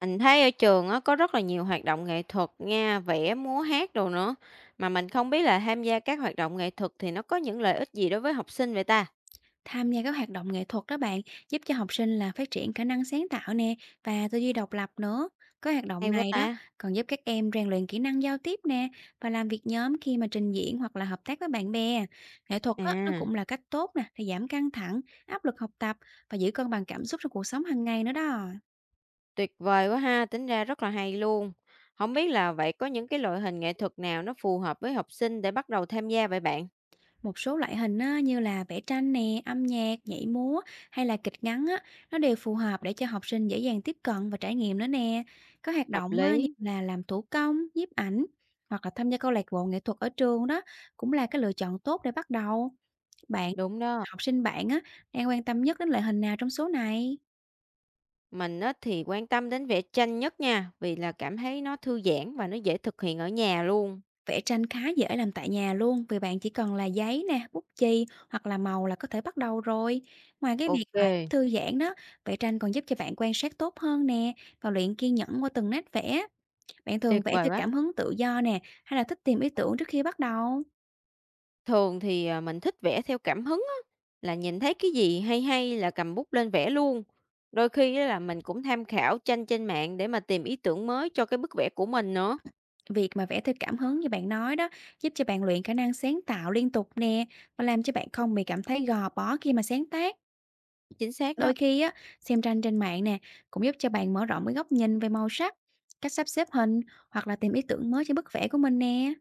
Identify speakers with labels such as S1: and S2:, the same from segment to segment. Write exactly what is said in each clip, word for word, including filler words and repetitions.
S1: Mình thấy ở trường á, có rất là nhiều hoạt động nghệ thuật nha, vẽ, múa, hát đồ nữa. Mà mình không biết là tham gia các hoạt động nghệ thuật thì nó có những lợi ích gì đối với học sinh vậy ta?
S2: Tham gia các hoạt động nghệ thuật đó bạn, giúp cho học sinh là phát triển khả năng sáng tạo nè và tư duy độc lập nữa. Cái hoạt động
S1: Hay quá
S2: này đó
S1: ta.
S2: còn giúp các em rèn luyện kỹ năng giao tiếp nè và làm việc nhóm khi mà trình diễn hoặc là hợp tác với bạn bè. Nghệ thuật á, nó
S1: À,
S2: cũng là cách tốt nè để giảm căng thẳng, áp lực học tập và giữ cân bằng cảm xúc trong cuộc sống hàng ngày nữa đó.
S1: tuyệt vời quá ha, tính ra rất là hay luôn. Không biết là vậy có những cái loại hình nghệ thuật nào nó phù hợp với học sinh để bắt đầu tham gia vậy bạn?
S2: Một số loại hình á, như là vẽ tranh nè, âm nhạc, nhảy múa hay là kịch ngắn á, nó đều phù hợp để cho học sinh dễ dàng tiếp cận và trải nghiệm nữa nè. Có hoạt
S1: Hợp
S2: động á, như
S1: lý,
S2: là làm thủ công, nhiếp ảnh hoặc là tham gia câu lạc bộ nghệ thuật ở trường đó cũng là cái lựa chọn tốt để bắt đầu. Bạn,
S1: đúng đó.
S2: học sinh bạn á, đang quan tâm nhất đến loại hình nào trong số này?
S1: Mình á, thì quan tâm đến vẽ tranh nhất nha, vì là cảm thấy nó thư giãn và nó dễ thực hiện ở nhà luôn.
S2: Vẽ tranh khá dễ làm tại nhà luôn, vì bạn chỉ cần là giấy nè, bút chì hoặc là màu là có thể bắt đầu rồi. Ngoài cái việc
S1: Ok,
S2: mà giúp thư giãn đó, vẽ tranh còn giúp cho bạn quan sát tốt hơn nè và luyện kiên nhẫn qua từng nét vẽ. Bạn thường
S1: tuyệt
S2: vẽ
S1: vời
S2: theo
S1: quá.
S2: cảm hứng tự do nè hay là thích tìm ý tưởng trước khi bắt đầu?
S1: Thường thì, à, mình thích vẽ theo cảm hứng á, là nhìn thấy cái gì hay hay là cầm bút lên vẽ luôn. Đôi khi á là mình cũng tham khảo tranh trên mạng để mà tìm ý tưởng mới cho cái bức vẽ của mình nữa.
S2: Việc mà vẽ theo cảm hứng như bạn nói đó giúp cho bạn luyện khả năng sáng tạo liên tục nè và làm cho bạn không bị cảm thấy gò bó khi mà sáng tác.
S1: Chính xác đó,
S2: Đôi khi á, xem tranh trên mạng nè, cũng giúp cho bạn mở rộng cái góc nhìn về màu sắc, cách sắp xếp hình hoặc là tìm ý tưởng mới cho bức vẽ của mình nè.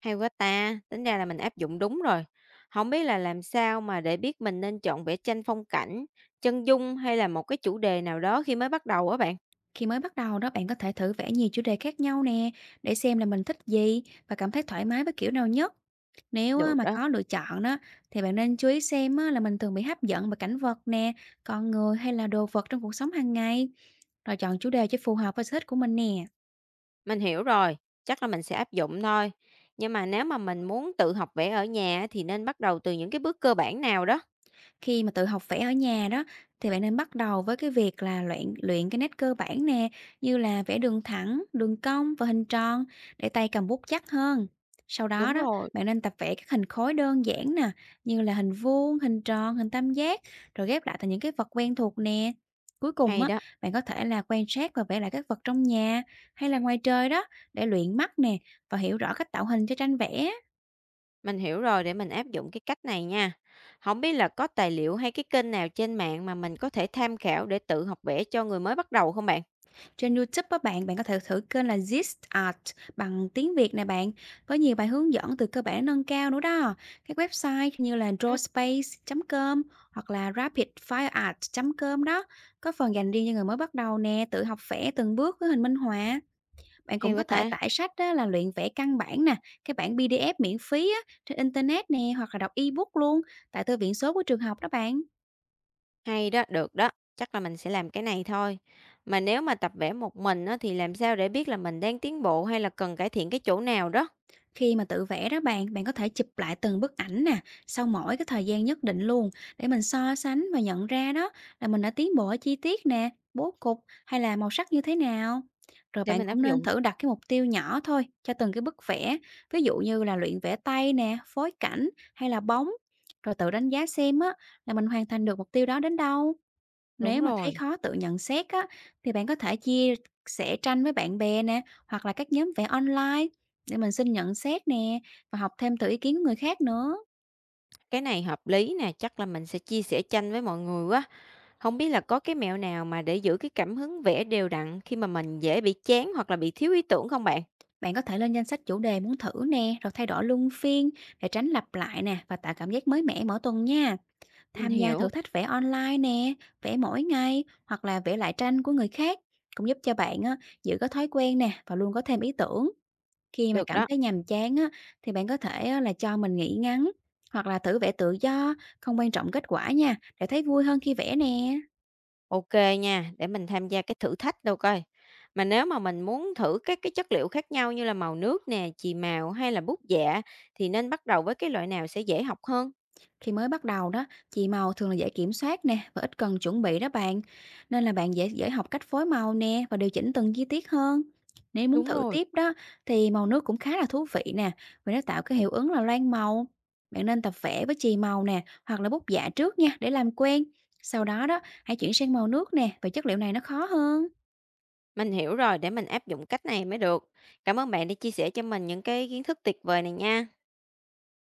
S1: hay quá ta, tính ra là mình áp dụng đúng rồi. Không biết là làm sao mà để biết mình nên chọn vẽ tranh phong cảnh, chân dung hay là một cái chủ đề nào đó khi mới bắt đầu á bạn?
S2: Khi mới bắt đầu đó, bạn có thể thử vẽ nhiều chủ đề khác nhau nè, để xem là mình thích gì và cảm thấy thoải mái với kiểu nào nhất. Nếu á,
S1: Được
S2: mà
S1: đó,
S2: khó lựa chọn đó, thì bạn nên chú ý xem á, là mình thường bị hấp dẫn bởi cảnh vật nè, con người hay là đồ vật trong cuộc sống hàng ngày, rồi chọn chủ đề cho phù hợp với sở thích của mình nè.
S1: mình hiểu rồi, chắc là mình sẽ áp dụng thôi. Nhưng mà nếu mà mình muốn tự học vẽ ở nhà á thì nên bắt đầu từ những cái bước cơ bản nào đó?
S2: Khi mà tự học vẽ ở nhà đó, thì bạn nên bắt đầu với cái việc là luyện luyện cái nét cơ bản nè, như là vẽ đường thẳng, đường cong và hình tròn để tay cầm bút chắc hơn. Sau đó
S1: Đúng
S2: đó,
S1: rồi,
S2: bạn nên tập vẽ các hình khối đơn giản nè, như là hình vuông, hình tròn, hình tam giác, rồi ghép lại thành những cái vật quen thuộc nè. Cuối cùng
S1: hay
S2: á,
S1: đó,
S2: bạn có thể là quan sát và vẽ lại các vật trong nhà hay là ngoài trời đó, để luyện mắt nè và hiểu rõ cách tạo hình cho tranh vẽ.
S1: mình hiểu rồi để mình áp dụng cái cách này nha. Không biết là có tài liệu hay cái kênh nào trên mạng mà mình có thể tham khảo để tự học vẽ cho người mới bắt đầu không bạn?
S2: Trên YouTube á bạn, bạn có thể thử kênh là Zist Art bằng tiếng Việt nè bạn, có nhiều bài hướng dẫn từ cơ bản nâng cao nữa đó. Các website như là
S1: Ừm.
S2: drawspace chấm com hoặc là rapidfireart chấm com đó, có phần dành riêng cho người mới bắt đầu nè, tự học vẽ từng bước với hình minh họa. Bạn
S1: Hay
S2: cũng có
S1: quá ta,
S2: thể tải sách á, là luyện vẽ căn bản nè, cái bản pê đê ép miễn phí á, trên internet nè, hoặc là đọc ebook luôn tại thư viện số của trường học đó bạn.
S1: hay đó, được đó, chắc là mình sẽ làm cái này thôi. Mà nếu mà tập vẽ một mình á, thì làm sao để biết là mình đang tiến bộ hay là cần cải thiện cái chỗ nào đó
S2: Khi mà tự vẽ đó bạn, bạn có thể chụp lại từng bức ảnh nè, sau mỗi cái thời gian nhất định luôn, để mình so sánh và nhận ra đó là mình đã tiến bộ ở chi tiết nè, bố cục hay là màu sắc như thế nào. Rồi
S1: để
S2: bạn
S1: mình áp
S2: cũng nên
S1: dụng?
S2: thử đặt cái mục tiêu nhỏ thôi cho từng cái bức vẽ, ví dụ như là luyện vẽ tay nè, phối cảnh hay là bóng. Rồi tự đánh giá xem á là mình hoàn thành được mục tiêu đó đến đâu.
S1: Đúng
S2: Nếu mà thấy
S1: rồi,
S2: khó tự nhận xét á, thì bạn có thể chia sẻ tranh với bạn bè nè, hoặc là các nhóm vẽ online, để mình xin nhận xét nè và học thêm từ ý kiến của người khác nữa.
S1: cái này hợp lý nè, chắc là mình sẽ chia sẻ tranh với mọi người quá. Không biết là có cái mẹo nào mà để giữ cái cảm hứng vẽ đều đặn khi mà mình dễ bị chán hoặc là bị thiếu ý tưởng không bạn?
S2: Bạn có thể lên danh sách chủ đề muốn thử nè, rồi thay đổi luân phiên để tránh lặp lại nè và tạo cảm giác mới mẻ mỗi tuần nha.
S1: Mình
S2: Tham gia thử
S1: hiểu,
S2: thách vẽ online nè, vẽ mỗi ngày hoặc là vẽ lại tranh của người khác cũng giúp cho bạn á, giữ có thói quen nè và luôn có thêm ý tưởng. Khi mà
S1: được
S2: cảm
S1: đó.
S2: thấy nhàm chán á, thì bạn có thể á là cho mình nghỉ ngắn hoặc là thử vẽ tự do, không quan trọng kết quả nha, để thấy vui hơn khi vẽ nè.
S1: Ok nha, để mình tham gia cái thử thách đâu coi. Mà nếu mà mình muốn thử các cái chất liệu khác nhau như là màu nước nè, chì màu hay là bút dạ thì nên bắt đầu với cái loại nào sẽ dễ học hơn?
S2: Khi mới bắt đầu đó, chì màu thường là dễ kiểm soát nè và ít cần chuẩn bị đó bạn. Nên là bạn dễ dễ học cách phối màu nè và điều chỉnh từng chi tiết hơn. Nếu muốn
S1: Đúng
S2: thử
S1: rồi.
S2: tiếp đó, thì màu nước cũng khá là thú vị nè, vì nó tạo cái hiệu ứng là loang màu. Bạn nên tập vẽ với chì màu nè, hoặc là bút dạ trước nha để làm quen. Sau đó đó, hãy chuyển sang màu nước nè, vì chất liệu này nó khó hơn.
S1: Mình hiểu rồi, để mình áp dụng cách này mới được. Cảm ơn bạn đã chia sẻ cho mình những cái kiến thức tuyệt vời này nha.